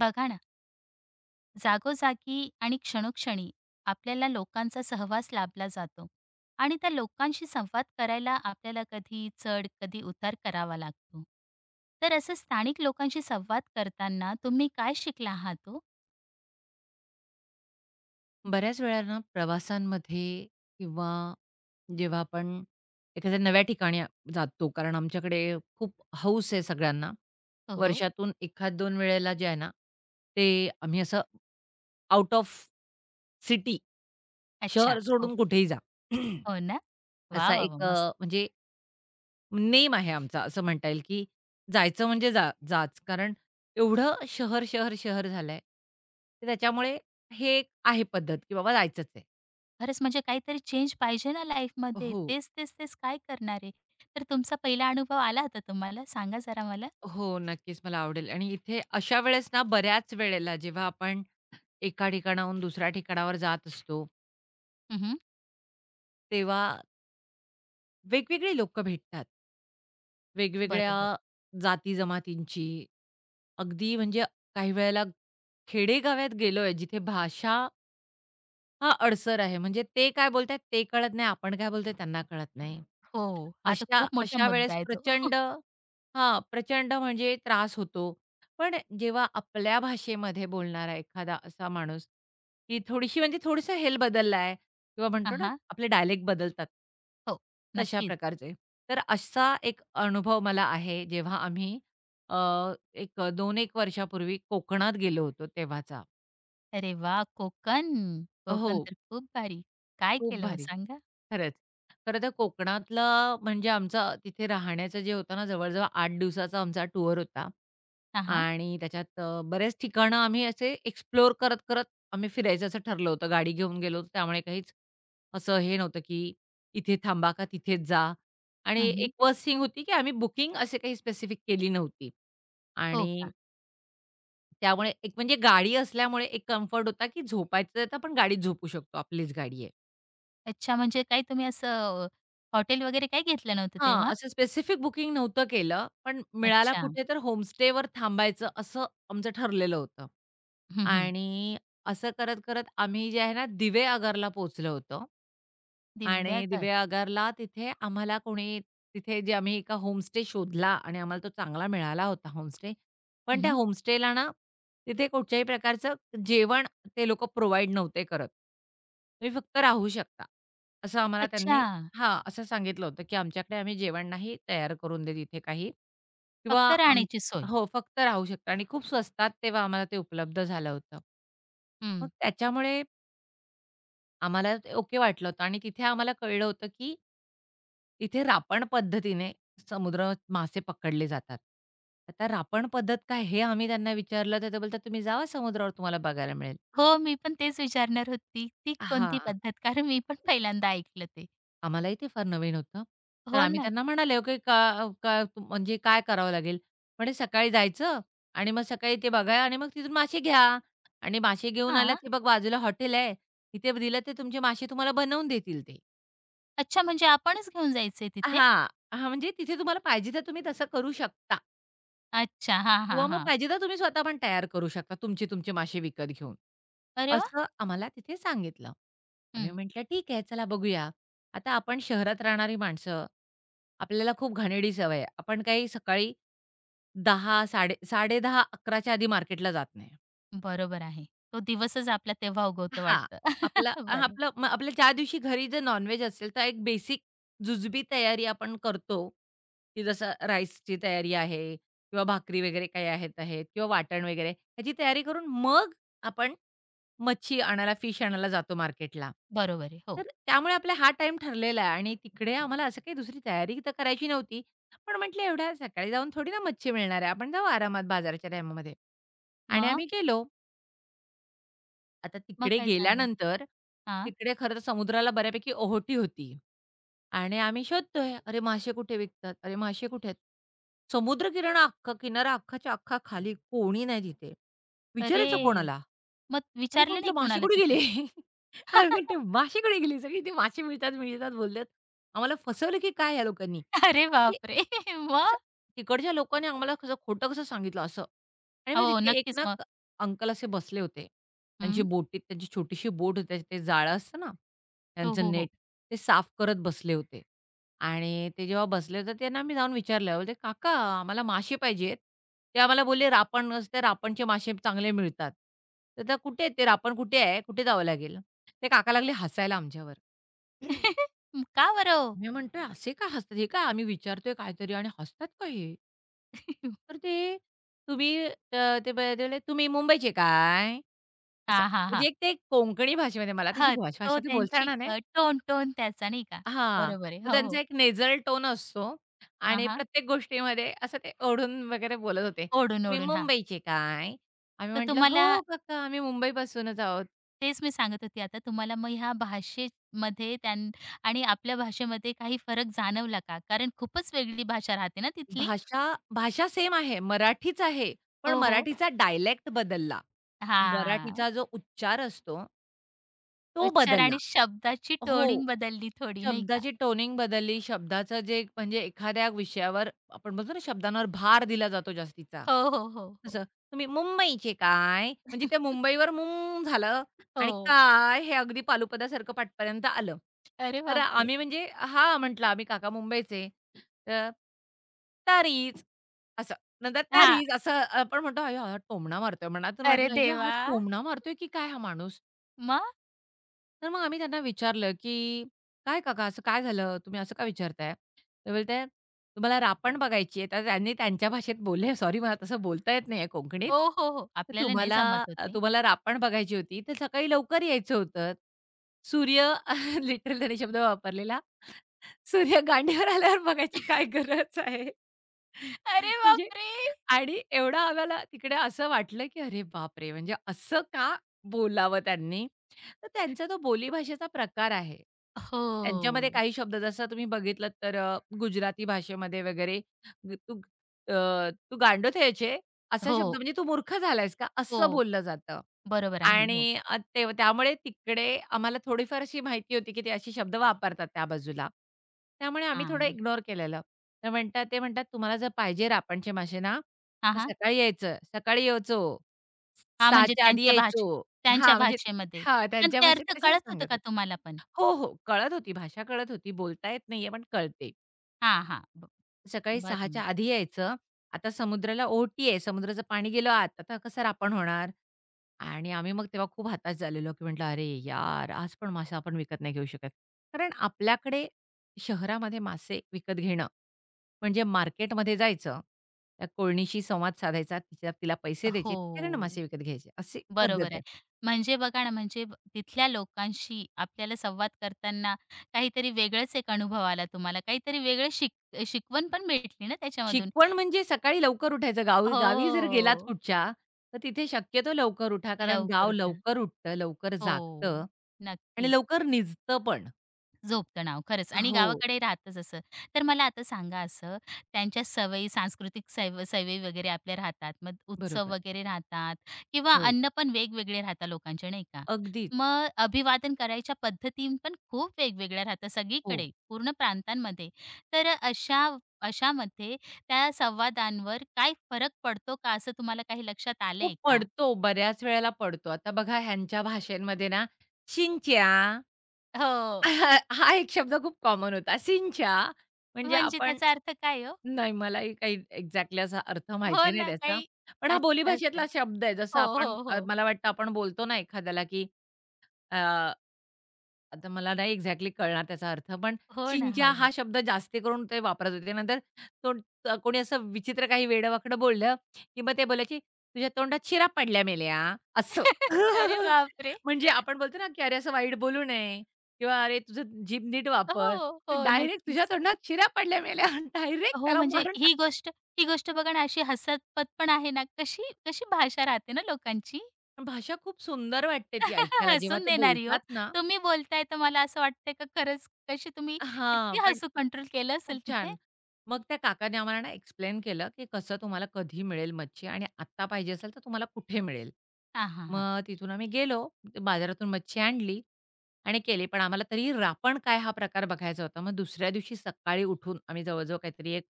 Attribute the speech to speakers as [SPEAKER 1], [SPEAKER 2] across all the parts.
[SPEAKER 1] बघा ना, जागोजागी आणि क्षणोक्षणी आपल्याला लोकांचा सहवास लाभला जातो आणि त्या लोकांशी संवाद करायला आपल्याला कधी चढ, कधी उतार करावा लागतो. तर असं स्थानिक लोकांशी संवाद करताना तुम्ही काय शिकला आहात ओ?
[SPEAKER 2] बऱ्याच वेळा ना प्रवासांमध्ये किंवा जेव्हा आपण एखाद्या नव्या ठिकाणी जातो कारण आमच्याकडे खूप हौस आहे सगळ्यांना.
[SPEAKER 1] हो, हो.
[SPEAKER 2] वर्षातून एखाद दोन वेळेला जे आहे ना ते आम्ही असं आउट ऑफ सिटी,
[SPEAKER 1] अच्छा.
[SPEAKER 2] शहर
[SPEAKER 1] हो,
[SPEAKER 2] सोडून कुठेही जा.
[SPEAKER 1] हो ना? वाह,
[SPEAKER 2] असा
[SPEAKER 1] वाह, वाह!
[SPEAKER 2] एक
[SPEAKER 1] मस्त.
[SPEAKER 2] म्हणजे नेम आहे आमचा, असं म्हणता येईल की जायचं म्हणजे जा जाच, कारण एवढं शहर शहर शहर झालंय तर त्याच्यामुळे हे एक आहे पद्धत, की बाबा जायचंच आहे.
[SPEAKER 1] खरंच म्हणजे काहीतरी चेंज पाहिजे ना लाईफमध्ये.
[SPEAKER 2] हो.
[SPEAKER 1] तेच, तेच, तेच काय करणार आहे? तर तुमचा पहिला अनुभव आला होता तुम्हाला? सांगा जरा मला.
[SPEAKER 2] हो, नक्कीच मला आवडेल. आणि इथे अशा वेळेस ना बऱ्याच वेळेला जेव्हा आपण एका ठिकाणाहून दुसऱ्या ठिकाणावर जात असतो,
[SPEAKER 1] हं,
[SPEAKER 2] तेव्हा वेगवेगळी लोकं भेटतात. वेगवेगळ्या
[SPEAKER 1] बरोबर.
[SPEAKER 2] जाती-जमातींची, अगदी म्हणजे काही वेळेला खेडेगावात गेलोय, जिथे भाषा हा अडसर आहे. म्हणजे ते काय बोलतायत ते कळत नाही, आपण काय बोलतोय त्यांना कळत नाही.
[SPEAKER 1] हो. हा तर
[SPEAKER 2] अशा
[SPEAKER 1] खूप मोठा
[SPEAKER 2] अशा
[SPEAKER 1] मुद्दा
[SPEAKER 2] वेळेस
[SPEAKER 1] आहे तो.
[SPEAKER 2] प्रचंड, हां, प्रचंड म्हणजे त्रास होतो. पण जेव्हा आपल्या भाषेमध्ये बोलणारा एखादा असा माणूस, की थोडीशी म्हणजे थोड़ीसा हेल बदलला आहे किंवा
[SPEAKER 1] हां,
[SPEAKER 2] म्हणतो ना,
[SPEAKER 1] हां.
[SPEAKER 2] आपले डायलेक्ट बदलतात.
[SPEAKER 1] हो,
[SPEAKER 2] तशा
[SPEAKER 1] नक्कीच.
[SPEAKER 2] प्रकारचे. तर असा एक अनुभव मला आहे, जेव्हा आम्ही अ, एक 2 एक वर्षापूर्वी कोकणात गेलो होतो तेव्हाचा.
[SPEAKER 1] अरे वा, कोकण.
[SPEAKER 2] हो,
[SPEAKER 1] कोकण तर खूप भारी. काय
[SPEAKER 2] खूप
[SPEAKER 1] केलं मग
[SPEAKER 2] भारी.
[SPEAKER 1] सांगा?
[SPEAKER 2] खरंच. खरं तर कोकणातला म्हणजे आमचा तिथे राहण्याचं जे होतं ना, जवळ-जवळ 8 दिवसाचा आमचा टूर होता.
[SPEAKER 1] हां, हां.
[SPEAKER 2] आणि त्याच्यात बरेच ठिकाणं आम्ही असे एक्सप्लोअर करत-करत आम्ही फिरायचं असं ठरलं होतं. गाडी घेऊन गेलो होतो त्यामुळे काहीच असं हे नव्हतं, की इथे थांबा का तिथेच जा. आणि
[SPEAKER 1] हं,
[SPEAKER 2] एक वर्स्टिंग होती, की आम्ही बुकिंग असे काही स्पेसिफिक केली नव्हती.
[SPEAKER 1] हो
[SPEAKER 2] आणि
[SPEAKER 1] का?
[SPEAKER 2] त्यामुळे एक म्हणजे गाडी असल्यामुळे एक कम्फर्ट होता, की झोपायचं तर आपण गाडीत झोपू शकतो. आपलीच गाडी आहे.
[SPEAKER 1] अच्छा, म्हणजे काही तुम्ही असं हॉटेल वगैरे काही घेतलं नव्हतं
[SPEAKER 2] हां,
[SPEAKER 1] तेव्हा?
[SPEAKER 2] असं स्पेसिफिक बुकिंग नव्हतं केलं, पण मिळाला
[SPEAKER 1] अच्छा.
[SPEAKER 2] कुठे तर होमस्टेवर थांबायचं असं आमचं ठरलेलं होतं.
[SPEAKER 1] हं,
[SPEAKER 2] आणि असं करत-करत आम्ही जे आहे ना दिवे आगारला पोहोचलो होतो. आणि
[SPEAKER 1] दिव्याघर.
[SPEAKER 2] दिवे आगारला तिथे आम्हाला कोणी, तिथे जे आम्ही एका होमस्टे शोधला आणि आम्हाला तो चांगला मिळाला होता होमस्टे. पण त्या
[SPEAKER 1] हं,
[SPEAKER 2] होमस्टेला ना तिथे कुठच्याही प्रकारचं जेवण ते लोकं प्रोव्हाईड नव्हते करत. तुम्ही फक्त राहू शकता, असं आम्हाला
[SPEAKER 1] अच्छा,
[SPEAKER 2] त्यांनी हां, असं सांगितलं होतं, की आमच्याकडे आम्ही जेवण नाही तयार करून देत इथे काही किंवा
[SPEAKER 1] फक्त
[SPEAKER 2] आम.
[SPEAKER 1] राहण्याची सोय.
[SPEAKER 2] हो, फक्त राहू शकता आणि खूप स्वस्तात तेव्हा आम्हाला ते उपलब्ध झालं होतं.
[SPEAKER 1] हं.
[SPEAKER 2] मग त्याच्यामुळे आम्हाला ते ओके वाटलं होतं आणि तिथे आम्हाला कळलं होतं, की तिथे रापण पद्धतीने समुद्र मासे पकडले जातात. आता रापण पद्धत काय? हे आम्ही त्यांना विचारलं तर ते बोलतात, "तुम्ही जावा समुद्रावर तुम्हाला बघायला मिळेल."
[SPEAKER 1] हो, मी पण तेच विचारणार होती. ती
[SPEAKER 2] हां.
[SPEAKER 1] कोणती पद्धत? कारण मी पण पहिल्यांदा ऐकलं ते.
[SPEAKER 2] आम्हालाही ते फार नवीन होतं. तर
[SPEAKER 1] हो
[SPEAKER 2] आम्ही
[SPEAKER 1] ना.
[SPEAKER 2] त्यांना म्हणालो, की का का तु- म्हणजे काय करावं लागेल? म्हणे, "सकाळी जायचं आणि मग सकाळी ते बघा आणि मग तिथून मासे घ्या आणि मासे घेऊन आलात,
[SPEAKER 1] हां.
[SPEAKER 2] हे बघ बाजूला हॉटेल आहे. तिथे दिलं ते तुमचे मासे तुम्हाला बनवून देतील ते."
[SPEAKER 1] अच्छा, म्हणजे आपणच घेऊन जायचंय तिथे?
[SPEAKER 2] हां. हां, म्हणजे तिथे तुम्हाला पाहिजे तर तुम्ही तसं करू शकता
[SPEAKER 1] अच्छा. हां, हां,
[SPEAKER 2] किंवा मग
[SPEAKER 1] हां.
[SPEAKER 2] पाहिजे तर तुम्ही स्वतः पण तयार करू शकता, तुमचे तुमचे मासे विकत घेऊन.
[SPEAKER 1] अरे वाह!
[SPEAKER 2] असं आम्हाला तिथे सांगितलं. आम्ही म्हटलं, "ठीक आहे, चला बघूया." आता आपण शहरात राहणारी माणसं, आपल्याला खूप घाणेरडी सवय आहे. आपण काही सकाळी दहा, साडे 10:30, 11च्या आधी मार्केटला जात नाही.
[SPEAKER 1] बरोबर आहे. तो दिवसच आपला तेव्हा उगवतो
[SPEAKER 2] हां.
[SPEAKER 1] वाटतं.
[SPEAKER 2] आपला
[SPEAKER 1] बरं,
[SPEAKER 2] आपलं मग आपल्या ज्या दिवशी घरी जर नॉन-व्हेज असेल, तर एक बेसिक जुजबी तयारी आपण करतो, की जसं राईसची तयारी आहे किंवा भाकरी वगैरे काही आहेत आहेत किंवा वाटण वगैरे ह्याची तयारी करून मग आपण मच्छी आणायला, फिश आणायला जातो मार्केटला.
[SPEAKER 1] बरोबर आहे. हो.
[SPEAKER 2] तर त्यामुळे आपला हा टाईम ठरलेला आहे आणि तिकडे आम्हाला असं काही दुसरी तयारी तर करायची नव्हती. पण म्हटलं एवढ्या सकाळी जाऊन थोडी ना मच्छी मिळणार आहे. आपण जाऊ आरामात बाजाराच्या टायमामध्ये, आणि
[SPEAKER 1] मग?
[SPEAKER 2] आम्ही गेलो. आता
[SPEAKER 1] मग
[SPEAKER 2] तिकडे
[SPEAKER 1] काय झालं?
[SPEAKER 2] गेल्यानंतर,
[SPEAKER 1] हां.
[SPEAKER 2] तिकडे खरं तर समुद्राला बऱ्यापैकी ओहोटी होती आणि आम्ही शोधतोय, "अरे मासे कुठे विकतात? अरे मासे कुठे आहेत?" समुद्र किनारा अख्खा, किनारा अख्खाच्या अख्खा खाली, कोणी नाही तिथे. विचारायचं हं.
[SPEAKER 1] अरे!
[SPEAKER 2] कोणाला?
[SPEAKER 1] मग
[SPEAKER 2] अरे
[SPEAKER 1] विचारलं
[SPEAKER 2] म्हटलं,
[SPEAKER 1] नाही
[SPEAKER 2] "मासे
[SPEAKER 1] कोणाला
[SPEAKER 2] कुठे
[SPEAKER 1] तिथं?
[SPEAKER 2] गेले?" आम्ही म्हणतो, "मासे कुठे गेले?" सगळे ते मासे मिळतात, मिळतात बोलतात. आम्हाला फसवलं की काय या लोकांनी?
[SPEAKER 1] अरे
[SPEAKER 2] ते
[SPEAKER 1] बापरे!
[SPEAKER 2] असं
[SPEAKER 1] मग?
[SPEAKER 2] तिकडच्या लोकांनी आम्हाला कसं खोटं कसं सांगितलं असं. आणि मग
[SPEAKER 1] हो,
[SPEAKER 2] तिथे एक
[SPEAKER 1] नक्कीच
[SPEAKER 2] ना
[SPEAKER 1] मग.
[SPEAKER 2] क अंकल असे बसले होते. त्यांची
[SPEAKER 1] हं.
[SPEAKER 2] बोटीत त्यांची छोटीशी बोट होती, ते जाळं असतं ना,
[SPEAKER 1] हो,
[SPEAKER 2] त्यांचं
[SPEAKER 1] हो, हो.
[SPEAKER 2] नेट, ते साफ करत बसले होते. आणि ते जेव्हा बसले होते, त्यांना मी जाऊन विचारलं, बोलले, "काका, आम्हाला मासे पाहिजेत." ते आम्हाला बोलले, "रापण असते, रापणचे मासे चांगले मिळतात." तर त्या, "कुठे आहेत ते? रापण कुठे आहे? कुठे जावं लागेल?" ते काका लागले हसायला आमच्यावर.
[SPEAKER 1] का बरं
[SPEAKER 2] मी म्हणतोय, "असे का हसतात? हे काय आम्ही विचारतोय काहीतरी आणि हसतात का हे?"
[SPEAKER 1] हो?
[SPEAKER 2] तर ते ते बोलले, "तुम्ही मुंबईचे काय?" असं.
[SPEAKER 1] हां, हां,
[SPEAKER 2] म्हणजे
[SPEAKER 1] हां.
[SPEAKER 2] एक ते एक कोंकणी भाषेमध्ये मला तशी
[SPEAKER 1] तो
[SPEAKER 2] भाषा तर बोलता
[SPEAKER 1] त्यांची
[SPEAKER 2] येणार नाही.
[SPEAKER 1] टोन टोन त्याचा नाही का?
[SPEAKER 2] हां,
[SPEAKER 1] बरोबर आहे.
[SPEAKER 2] तर
[SPEAKER 1] हो, हो.
[SPEAKER 2] त्यांचा एक नेझल टोन असतो
[SPEAKER 1] हां,
[SPEAKER 2] आणि
[SPEAKER 1] हां.
[SPEAKER 2] प्रत्येक गोष्टीमध्ये असं ते ओढून वगैरे बोलत होते.
[SPEAKER 1] ओढून,
[SPEAKER 2] "तुम्ही
[SPEAKER 1] ओढून. हां.
[SPEAKER 2] मुंबईचे काय?" आम्ही
[SPEAKER 1] तर
[SPEAKER 2] म्हटलं,
[SPEAKER 1] तुम्हाला
[SPEAKER 2] "हो, काका, आम्ही मुंबईपासूनच आहोत."
[SPEAKER 1] तेच मी सांगत होती आता तुम्हाला मग ह्या भाषेमध्ये आणि आपल्या भाषेमध्ये काही फरक जाणवला का? कारण खूपच वेगळी भाषा राहते ना तिथली?
[SPEAKER 2] भाषा भाषा सेम आहे. मराठीच आहे. पण
[SPEAKER 1] हो, हो.
[SPEAKER 2] मराठीचा डायलेक्ट बदलला.
[SPEAKER 1] हां.
[SPEAKER 2] मराठीचा जो उच्चार असतो तो
[SPEAKER 1] उच्चार
[SPEAKER 2] बदलला.
[SPEAKER 1] आणि शब्दाची
[SPEAKER 2] हो.
[SPEAKER 1] टोनिंग बदलली थोडी नाही का?
[SPEAKER 2] शब्दाची टोनिंग बदलली, शब्दाचं जे म्हणजे एखाद्या विषयावर आपण बोलतो ना, शब्दांवर भार दिला जातो जास्तीचा.
[SPEAKER 1] हो, हो, हो, हो.
[SPEAKER 2] तसं तुम्ही, "मुंबईचे काय?" म्हणजे त्या मुंबईवर मुं झालं आणि
[SPEAKER 1] हो.
[SPEAKER 2] काय हे अगदी पालुपदासारखं पाठपर्यंत आलं.
[SPEAKER 1] अरे
[SPEAKER 2] तर
[SPEAKER 1] बापरे!
[SPEAKER 2] आम्ही म्हणजे हां, म्हटलं आम्ही काका मुंबईचे. तर तरीच असं. नंतर
[SPEAKER 1] हां.
[SPEAKER 2] तरीच असं आपण म्हणतो, "अय्या हा टोमणा मारतोय." मनातून
[SPEAKER 1] अरे
[SPEAKER 2] वाटलं, "अय्या हा
[SPEAKER 1] देवा!
[SPEAKER 2] टोमणा मारतोय की काय हा माणूस?"
[SPEAKER 1] मग?
[SPEAKER 2] तर मग आम्ही त्यांना विचारलं, की "काय काका असं काय झालं? तुम्ही असं का विचारताय?" ते बोलताय, "तुम्हाला रापण बघायची आहे." तर त्यांनी त्यांच्या भाषेत बोलले, "सॉरी मला तसं बोलता येत नाहीये कोकणीत.
[SPEAKER 1] हो, हो, हो.
[SPEAKER 2] तर
[SPEAKER 1] आपल्याला नाही जमत हो ते.
[SPEAKER 2] तुम्हाला रापण बघायची होती, तर सकाळी लवकर यायचं होतं. सूर्य" लिटरली त्यांनी शब्द वापरलेला, "सूर्य गांडीवर आल्यावर बघायची काय गरज आहे?"
[SPEAKER 1] अरे
[SPEAKER 2] म्हणजे,
[SPEAKER 1] बापरे!
[SPEAKER 2] आणि एवढं आम्हाला तिकडे असं वाटलं, की अरे बापरे! म्हणजे असं का बोलावं त्यांनी? तर त्यांचा तो बोलीभाषेचा प्रकार आहे. त्यांच्यामध्ये
[SPEAKER 1] हो.
[SPEAKER 2] काही शब्द जसं तुम्ही बघितलात तर गुजराती भाषेमध्ये वगैरे ग तू अ, तू गांडो थयो छे? असा शब्द,
[SPEAKER 1] हो,
[SPEAKER 2] म्हणजे तू मूर्ख झालायस का? असं
[SPEAKER 1] हो.
[SPEAKER 2] बोललं जातं.
[SPEAKER 1] बरोबर आहे. हो.
[SPEAKER 2] आणि ते त्यामुळे तिकडे आम्हाला थोडीफार अशी माहिती होती, की ते असे शब्द वापरतात त्या बाजूला. त्यामुळे आम्ही थोडं
[SPEAKER 1] हां.
[SPEAKER 2] इग्नोर केलेलं. तर म्हणतात, ते म्हणतात, "तुम्हाला जर पाहिजे रापणचे मासे ना,
[SPEAKER 1] हां,
[SPEAKER 2] तर
[SPEAKER 1] हां.
[SPEAKER 2] सकाळी यायचं. सकाळी यायचो.
[SPEAKER 1] हां, म्हणजे
[SPEAKER 2] 6च्या आधी
[SPEAKER 1] त्यांच्या
[SPEAKER 2] यायचो.
[SPEAKER 1] भाषे त्यांच्या
[SPEAKER 2] हां, म्हणजे
[SPEAKER 1] भाषेमध्ये.
[SPEAKER 2] हां,
[SPEAKER 1] पण
[SPEAKER 2] त्यांच्या
[SPEAKER 1] ते
[SPEAKER 2] भाषेत
[SPEAKER 1] अर्थ
[SPEAKER 2] तसेच
[SPEAKER 1] कळत होतं
[SPEAKER 2] सांगत
[SPEAKER 1] का
[SPEAKER 2] होते.
[SPEAKER 1] तुम्हाला पण?
[SPEAKER 2] हो, हो. कळत होती, भाषा कळत होती. बोलता येत नाहीये, पण कळते.
[SPEAKER 1] हां, हां.
[SPEAKER 2] सकाळी 6च्या
[SPEAKER 1] बरं.
[SPEAKER 2] आधी यायचं. आता समुद्राला ओहोटी आहे. समुद्राचं पाणी गेलं आत. आता कसं रापण होणार? आणि आम्ही मग तेव्हा खूप हताश झालेलो, की म्हटलं, "अरे यार! आज पण मासा आपण विकत नाही घेऊ शकत." कारण आपल्याकडे शहरामध्ये मासे विकत घेणं म्हणजे मार्केटमध्ये जायचं, त्या कोळणीशी संवाद साधायचा, तिच्या तिला पैसे द्यायचे, तिच्याकडनं
[SPEAKER 1] हो,
[SPEAKER 2] मासे विकत घ्यायचे, अशी
[SPEAKER 1] बरोबर
[SPEAKER 2] पद्धत
[SPEAKER 1] आहे.
[SPEAKER 2] आहे.
[SPEAKER 1] म्हणजे बघा ना, म्हणजे तिथल्या लोकांशी आपल्याला संवाद करताना काहीतरी वेगळाच एक अनुभव आला तुम्हाला. काहीतरी वेगळं शिकवण पण भेटली ना त्याच्यामधून.
[SPEAKER 2] शिकवण म्हणजे सकाळी लवकर उठायचं. गावी गावी जर गेलात
[SPEAKER 1] हो,
[SPEAKER 2] कुठच्या, तर तिथे शक्यतो लवकर उठा, कारण गाव
[SPEAKER 1] लवकर उठा.
[SPEAKER 2] लवकर उठतं, लवकर जागतं
[SPEAKER 1] हो,
[SPEAKER 2] आणि
[SPEAKER 1] नक्कीच.
[SPEAKER 2] लवकर निजतं पण.
[SPEAKER 1] झोपतं नाव खरंच आणि
[SPEAKER 2] हो,
[SPEAKER 1] गावाकडे राहतच असं. तर मला आता सांगा असं त्यांच्या सवयी, सांस्कृतिक सवयी वगैरे आपल्या राहतात. मग उत्सव
[SPEAKER 2] बरोबर.
[SPEAKER 1] वगैरे राहतात किंवा
[SPEAKER 2] होय,
[SPEAKER 1] अन्न पण वेगवेगळे राहतात लोकांचे नाही का?
[SPEAKER 2] अगदीच.
[SPEAKER 1] मग अभिवादन करायच्या पद्धती पण खूप वेगवेगळ्या राहतात
[SPEAKER 2] हो.
[SPEAKER 1] सगळीकडे, पूर्ण प्रांतांमध्ये. तर अशा अशामध्ये त्या संवादांवर काय फरक पडतो का असं तुम्हाला काही लक्षात
[SPEAKER 2] खूप
[SPEAKER 1] आलंय का?
[SPEAKER 2] पडतो, बऱ्याच वेळेला पडतो. आता बघा ह्यांच्या भाषेमध्ये ना, "शिंच्या"
[SPEAKER 1] हो.
[SPEAKER 2] हा एक शब्द खूप कॉमन होता. "शिंच्या" म्हणजे
[SPEAKER 1] म्हणजे
[SPEAKER 2] आपण,
[SPEAKER 1] त्याचा अर्थ काय हो?
[SPEAKER 2] नाही मलाही काही एक्झॅक्टली असा अर्थ
[SPEAKER 1] हो
[SPEAKER 2] माहिती नाही
[SPEAKER 1] ना,
[SPEAKER 2] त्याचा.
[SPEAKER 1] काही
[SPEAKER 2] पण हा
[SPEAKER 1] अच्छा
[SPEAKER 2] बोलीभाषेतला
[SPEAKER 1] असेल.
[SPEAKER 2] शब्द आहे. जसं
[SPEAKER 1] हो,
[SPEAKER 2] आपण
[SPEAKER 1] हो, हो.
[SPEAKER 2] मला वाटतं आपण बोलतो ना एखाद्याला, की अ, आता मला नाही एक्झॅक्टली कळणार त्याचा अर्थ, पण
[SPEAKER 1] हो ना.
[SPEAKER 2] "शिंच्या"
[SPEAKER 1] हो,
[SPEAKER 2] हा
[SPEAKER 1] हो.
[SPEAKER 2] शब्द जास्ती करून ते वापरत होते. नंतर तो कोणी असं विचित्र काही वेडं-वाकडं बोललं, की मग ते बोलायची, "तुझ्या तोंडात शिरा पडल्या मेल्या" असं.
[SPEAKER 1] अरे बापरे!
[SPEAKER 2] म्हणजे आपण बोलतो ना, की "अरे, असं वाईट बोलू नये" किंवा "अरे, तुझं जीभ नीट वापर."
[SPEAKER 1] हो, हो.
[SPEAKER 2] डायरेक्ट "तुझ्या
[SPEAKER 1] नक्कीच.
[SPEAKER 2] तोंडात शिरा पडल्या मेल्या" डायरेक्ट
[SPEAKER 1] हो,
[SPEAKER 2] त्याला
[SPEAKER 1] म्हणजे
[SPEAKER 2] मारून
[SPEAKER 1] ही
[SPEAKER 2] टाकतात.
[SPEAKER 1] गोष्ट ही गोष्ट बघा ना, अशी हसतपत पण आहे ना, कशी कशी भाषा राहते ना लोकांची.
[SPEAKER 2] भाषा खूप सुंदर वाटते ती ऐकायला, जेव्हा
[SPEAKER 1] हसून
[SPEAKER 2] ते
[SPEAKER 1] देणारी हो.
[SPEAKER 2] बोलतात ना.
[SPEAKER 1] तुम्ही बोलताय तर मला असं वाटतंय का खरंच कशी तुम्ही किती
[SPEAKER 2] हां, पण
[SPEAKER 1] हसू कंट्रोल केलं असेल
[SPEAKER 2] खूप
[SPEAKER 1] तिथे?
[SPEAKER 2] छान. मग त्या काकाने आम्हाला ना एक्सप्लेन केलं, की कसं तुम्हाला कधी मिळेल मच्छी आणि आत्ता पाहिजे असेल तर तुम्हाला कुठे मिळेल.
[SPEAKER 1] हां, हां.
[SPEAKER 2] मग तिथून आम्ही गेलो, बाजारातून मच्छी आणली आणि केली. पण आम्हाला तरी रापण काय हा प्रकार बघायचा होता. मग दुसऱ्या दिवशी सकाळी उठून आम्ही जवळ काहीतरी एक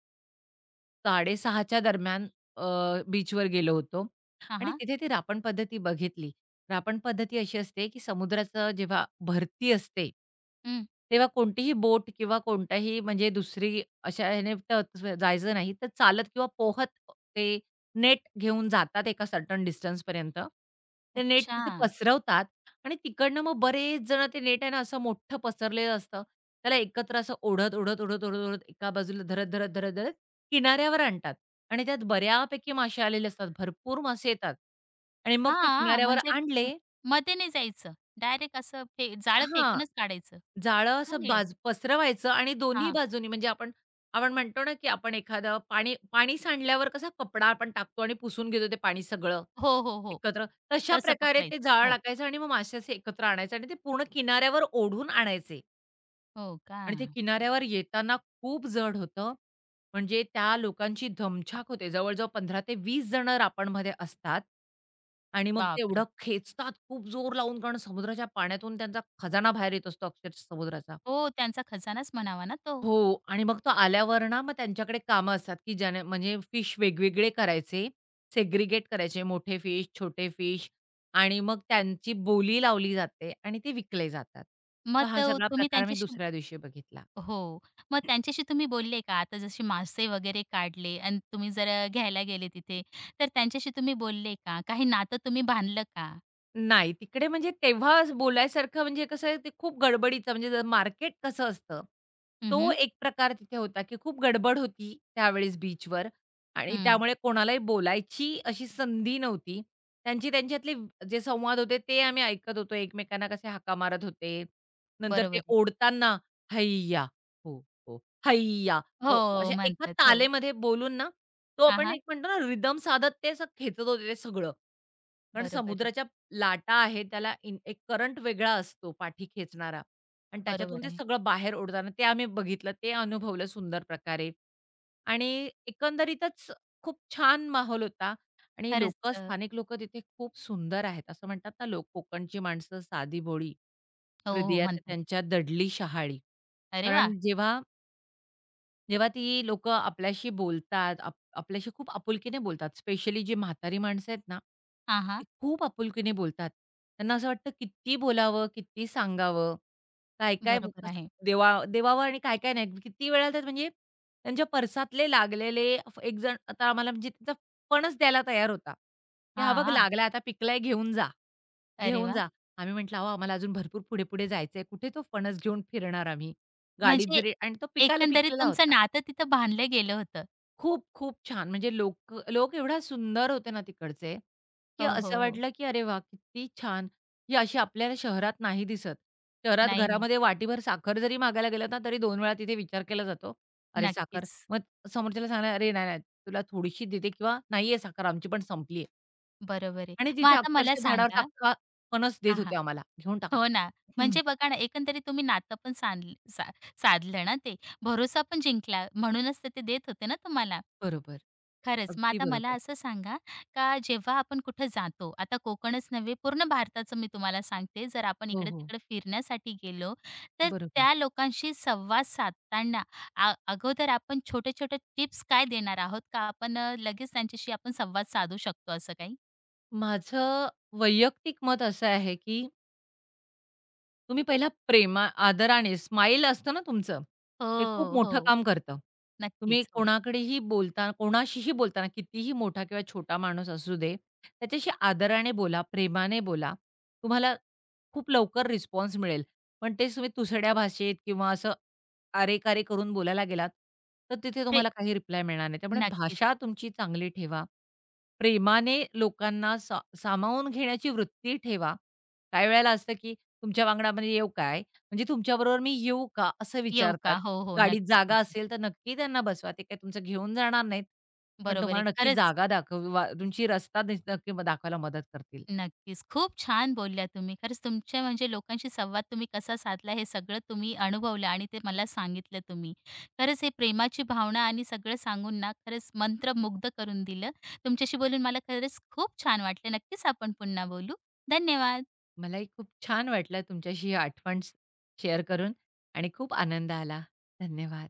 [SPEAKER 2] 6:30च्या दरम्यान अ, बीचवर गेलो होतो
[SPEAKER 1] हां,
[SPEAKER 2] आणि
[SPEAKER 1] हां.
[SPEAKER 2] तिथे ती रापण पद्धती बघितली. रापण पद्धती अशी असते, की समुद्राचं जेव्हा भरती असते,
[SPEAKER 1] हं.
[SPEAKER 2] तेव्हा कोणतीही बोट किंवा कोणताही म्हणजे दुसरी अशा ह्याने तर जायचं नाही. तर चालत किंवा पोहत ते नेट घेऊन जातात एका सर्टन डिस्टन्सपर्यंत. ते नेट
[SPEAKER 1] अच्छा.
[SPEAKER 2] तिथे पसरवतात आणि तिकडनं मग बरेच जण ते नेट आहे ना, असं मोठं पसरलेलं असतं. त्याला एकत्र असं ओढत, ओढत, ओढत, ओढत, ओढत एका बाजूला धरत, धरत, धरत, धरत किनाऱ्यावर आणतात आणि त्यात बऱ्यापैकी मासे आलेले असतात. भरपूर मासे येतात आणि मग ते
[SPEAKER 1] हां,
[SPEAKER 2] किनाऱ्यावर
[SPEAKER 1] म्हणजे म
[SPEAKER 2] आणले.
[SPEAKER 1] मध्ये नाही जायचं. डायरेक्ट असं जाळं
[SPEAKER 2] हां,
[SPEAKER 1] फेकूनच काढायचं.
[SPEAKER 2] जाळं असं
[SPEAKER 1] चांगलं आहे.
[SPEAKER 2] बाज पसरवायचं आणि दोन्ही बाजूनी म्हणजे आपण, आपण म्हणतो ना, की आपण एखादं पाणी पाणी सांडल्यावर कसा कपडा आपण टाकतो आणि पुसून घेतो ते पाणी सगळं
[SPEAKER 1] हो, हो, हो.
[SPEAKER 2] एकत्र. तशा
[SPEAKER 1] तसं
[SPEAKER 2] प्रकारे ते
[SPEAKER 1] पकडायचं.
[SPEAKER 2] जाळं
[SPEAKER 1] हो.
[SPEAKER 2] टाकायचं आणि मग मासे असे एकत्र आणायचे आणि ते पूर्ण किनाऱ्यावर ओढून आणायचे.
[SPEAKER 1] हो का?
[SPEAKER 2] आणि ते किनाऱ्यावर येताना खूप जड होतं. म्हणजे त्या लोकांची धमछाक होते. जवळ-जवळ 15 ते 20 जणं रापणमध्ये असतात. आणि मग ते एवढं
[SPEAKER 1] बापरे!
[SPEAKER 2] खेचतात खूप जोर लावून, कारण समुद्राच्या पाण्यातून त्यांचा खजाना बाहेर येत असतो अक्षरशः समुद्राचा.
[SPEAKER 1] हो, त्यांचा खजानाच म्हणावा ना तो.
[SPEAKER 2] हो. आणि मग तो आल्यावर ना, मग त्यांच्याकडे कामं असतात, की ज्याने म्हणजे फिश वेगवेगळे करायचे, सेग्रीगेट करायचे, मोठे फिश, छोटे फिश आणि मग त्यांची बोली लावली जाते आणि ते विकले जातात.
[SPEAKER 1] मग
[SPEAKER 2] तर हा
[SPEAKER 1] तो
[SPEAKER 2] सगळा
[SPEAKER 1] तुम्ही
[SPEAKER 2] प्रकार मी
[SPEAKER 1] त्यांच्याशी
[SPEAKER 2] दुसऱ्या दिवशी बघितला.
[SPEAKER 1] हो, मग त्यांच्याशी तुम्ही बोलले का? आता जसे मासे वगैरे काढले आणि तुम्ही जर घ्यायला गेले तिथे, तर त्यांच्याशी तुम्ही बोलले का? काही नातं तुम्ही बांधलं का?
[SPEAKER 2] नाही, तिकडे म्हणजे तेव्हा बोलायसारखं म्हणजे कसं आहे, ते खूप गडबडीचं, म्हणजे मार्केट कसं असतं,
[SPEAKER 1] हं,
[SPEAKER 2] तो
[SPEAKER 1] हं.
[SPEAKER 2] एक प्रकार तिथे होता, की खूप गडबड होती त्यावेळेस बीचवर आणि त्यामुळे कोणालाही बोलायची अशी संधी नव्हती. त्यांची त्यांच्यातले जे संवाद होते ते आम्ही ऐकत होतो. एकमेकांना कसे हाका मारत होते. नंतर ते
[SPEAKER 1] बरोबर आहे.
[SPEAKER 2] ओढताना, "हैया, हो, हो, हैया, हो."
[SPEAKER 1] हो,
[SPEAKER 2] अशा एका
[SPEAKER 1] म्हणतात. हो.
[SPEAKER 2] तालेमध्ये बोलून ना, तो
[SPEAKER 1] हां,
[SPEAKER 2] आपण
[SPEAKER 1] हां.
[SPEAKER 2] एक म्हणतो ना रिदम साधत ते असं खेचत होते ते सगळं. कारण
[SPEAKER 1] बरोबर आहे.
[SPEAKER 2] समुद्राच्या लाटा आहे त्याला इन एक करंट वेगळा असतो पाठी खेचणारा आणि त्याच्यातून
[SPEAKER 1] बरोबर
[SPEAKER 2] ते
[SPEAKER 1] आहे.
[SPEAKER 2] सगळं बाहेर ओढताना ते आम्ही बघितलं, ते अनुभवलं सुंदर प्रकारे आणि एकंदरीतच खूप छान माहोल होता आणि
[SPEAKER 1] खरंच
[SPEAKER 2] लोकं,
[SPEAKER 1] अ,
[SPEAKER 2] स्थानिक लोकं तिथे खूप सुंदर आहेत. असं म्हणतात ना, लोक कोकणची माणसं साधी भोळी,
[SPEAKER 1] हो, हो
[SPEAKER 2] हृदयात
[SPEAKER 1] म्हणतात.
[SPEAKER 2] त्यांच्या दडली शहाळी.
[SPEAKER 1] अरे वाह!
[SPEAKER 2] कारण जेव्हा जेव्हा ती लोकं आपल्याशी बोलतात, आपल्याशी खूप आपुलकीने बोलतात. स्पेशली जी म्हातारी माणसं आहेत ना,
[SPEAKER 1] हां,
[SPEAKER 2] ती
[SPEAKER 1] हां.
[SPEAKER 2] खूप आपुलकीने बोलतात. त्यांना असं वाटतं किती बोलावं, किती सांगावं, काय-काय बु
[SPEAKER 1] बरोबर
[SPEAKER 2] कसं
[SPEAKER 1] आहे.
[SPEAKER 2] देवा देवावं आणि काय-काय नाही. किती वेळा तर म्हणजे त्यांच्या पर्सातले लागलेले एकजण आता आम्हाला म्हणजे त्याचा फणस द्यायला तयार होता, की "हा बघ
[SPEAKER 1] हां.
[SPEAKER 2] लागला, आता पिकलाय घेऊन जा,
[SPEAKER 1] अरे
[SPEAKER 2] घेऊन
[SPEAKER 1] वाह!
[SPEAKER 2] जा." आम्ही म्हटलं, "अहो आम्हाला अजून भरपूर पुढे-पुढे जायचंय. कुठे तो फणस घेऊन फिरणार आम्ही?" गाडीत
[SPEAKER 1] म्हणजे
[SPEAKER 2] जरी, आणि तो पिकायला
[SPEAKER 1] एकंदरीत
[SPEAKER 2] पिकलेला
[SPEAKER 1] तुमचं
[SPEAKER 2] होता.
[SPEAKER 1] नातं तिथं बांधलं गेलं होतं.
[SPEAKER 2] खूप-खूप छान. म्हणजे लोक लोक एवढ्या सुंदर होते ना तिकडचे, की
[SPEAKER 1] हो,
[SPEAKER 2] असं
[SPEAKER 1] हो, हो.
[SPEAKER 2] वाटलं की "अरे वाह! किती छान!" ही अशी आपल्याला शहरात नाही दिसत. शहरात
[SPEAKER 1] नाही, नाही.
[SPEAKER 2] घरामध्ये वाटीभर साखर जरी मागायला गेलात ना, तरी 2 वेळा तिथे विचार केला जातो. "अरे साखर?"
[SPEAKER 1] नक्कीच.
[SPEAKER 2] मग समोरच्याला सांगणार, "अरे नाही, नाही, तुला थोडीशी देते किंवा नाहीये साखर आमची पण संपली."
[SPEAKER 1] बरोबर आहे.
[SPEAKER 2] आणि
[SPEAKER 1] मग
[SPEAKER 2] तिथे
[SPEAKER 1] आता मला
[SPEAKER 2] अक्षरशः झाडावरचा
[SPEAKER 1] सांगा
[SPEAKER 2] अख्खा फणस देत
[SPEAKER 1] हां,
[SPEAKER 2] होते
[SPEAKER 1] हां.
[SPEAKER 2] आम्हाला, "घेऊन टाका."
[SPEAKER 1] हो ना.
[SPEAKER 2] हं,
[SPEAKER 1] म्हणजे बघा ना, एकंदरीत तुम्ही नातं पण सांधल सा साधलं ना ते. भरोसा पण जिंकला. म्हणूनच तर ते देत होते ना तुम्हाला.
[SPEAKER 2] बरोबर.
[SPEAKER 1] खरंच. मग
[SPEAKER 2] अगदी
[SPEAKER 1] आता मला
[SPEAKER 2] बरोबर.
[SPEAKER 1] असं सांगा, का जेव्हा आपण कुठं जातो, आता कोकणच नव्हे, पूर्ण भारताचं मी तुम्हाला सांगते. जर आपण
[SPEAKER 2] हो, हो.
[SPEAKER 1] इकडे-तिकडे फिरण्यासाठी गेलो, तर
[SPEAKER 2] बरोबर.
[SPEAKER 1] त्या लोकांशी संवाद साधताना आ अगोदर आपण छोट्या-छोट्या टिप्स काय देणार आहोत? का आपण लगेच त्यांच्याशी आपण संवाद साधू शकतो असं काही?
[SPEAKER 2] माझं वैयक्तिक मत असं आहे की तुम्ही पहिला प्रेमा आदराने स्माईल असतं ना तुमचं, ते खूप
[SPEAKER 1] हो,
[SPEAKER 2] मोठं
[SPEAKER 1] हो.
[SPEAKER 2] काम करतं. तुम्ही
[SPEAKER 1] नक्कीच. हो.
[SPEAKER 2] कोणाकडेही बोलताना, कोणाशीही बोलताना कितीही मोठा किंवा छोटा माणूस असू दे, त्याच्याशी आदराने बोला, प्रेमाने बोला. तुम्हाला खूप लवकर रिस्पॉन्स मिळेल. पण तेच तुम्ही तुसड्या भाषेत किंवा असं अरे-कारे करून बोलायला गेलात, तर तिथे
[SPEAKER 1] प्रे
[SPEAKER 2] तुम्हाला काही रिप्लाय मिळणार नाही. त्यामुळे
[SPEAKER 1] नक्कीच.
[SPEAKER 2] भाषा तुमची चांगली ठेवा. प्रेमाने लोकांना सामावून घेण्याची वृत्ती ठेवा. काही वेळेला असतं की तुमच्या अंगणामध्ये येऊ काय? म्हणजे तुमच्याबरोबर मी येऊ का? असं
[SPEAKER 1] येऊ
[SPEAKER 2] विचारतात.
[SPEAKER 1] का? हो, हो.
[SPEAKER 2] गाडीत
[SPEAKER 1] नक्कीच,
[SPEAKER 2] जागा
[SPEAKER 1] नक्कीच.
[SPEAKER 2] असेल तर नक्की त्यांना बसवा. ते काही तुमचं घेऊन जाणार नाहीत. पण
[SPEAKER 1] बरोबर आहे.
[SPEAKER 2] तुम्हाला नक्की
[SPEAKER 1] खरंच.
[SPEAKER 2] जागा दाखवा तुमची, रस्ता नक्की दाखवायला मदत करतील.
[SPEAKER 1] नक्कीच. खूप छान बोलल्या तुम्ही. खरंच तुमच्या म्हणजे लोकांशी संवाद तुम्ही कसा साधला हे सगळं तुम्ही अनुभवलं आणि ते मला सांगितलं तुम्ही. खरंच हे प्रेमाची भावना आणि सगळं सांगून ना खरंच मंत्रमुग्ध करून दिलं. तुमच्याशी बोलून मला खरंच खूप छान वाटलं. नक्कीच आपण पुन्हा बोलू. धन्यवाद.
[SPEAKER 2] मलाही खूप छान वाटलं तुमच्याशी ही आठवण शेअर करून आणि खूप आनंद आला. धन्यवाद.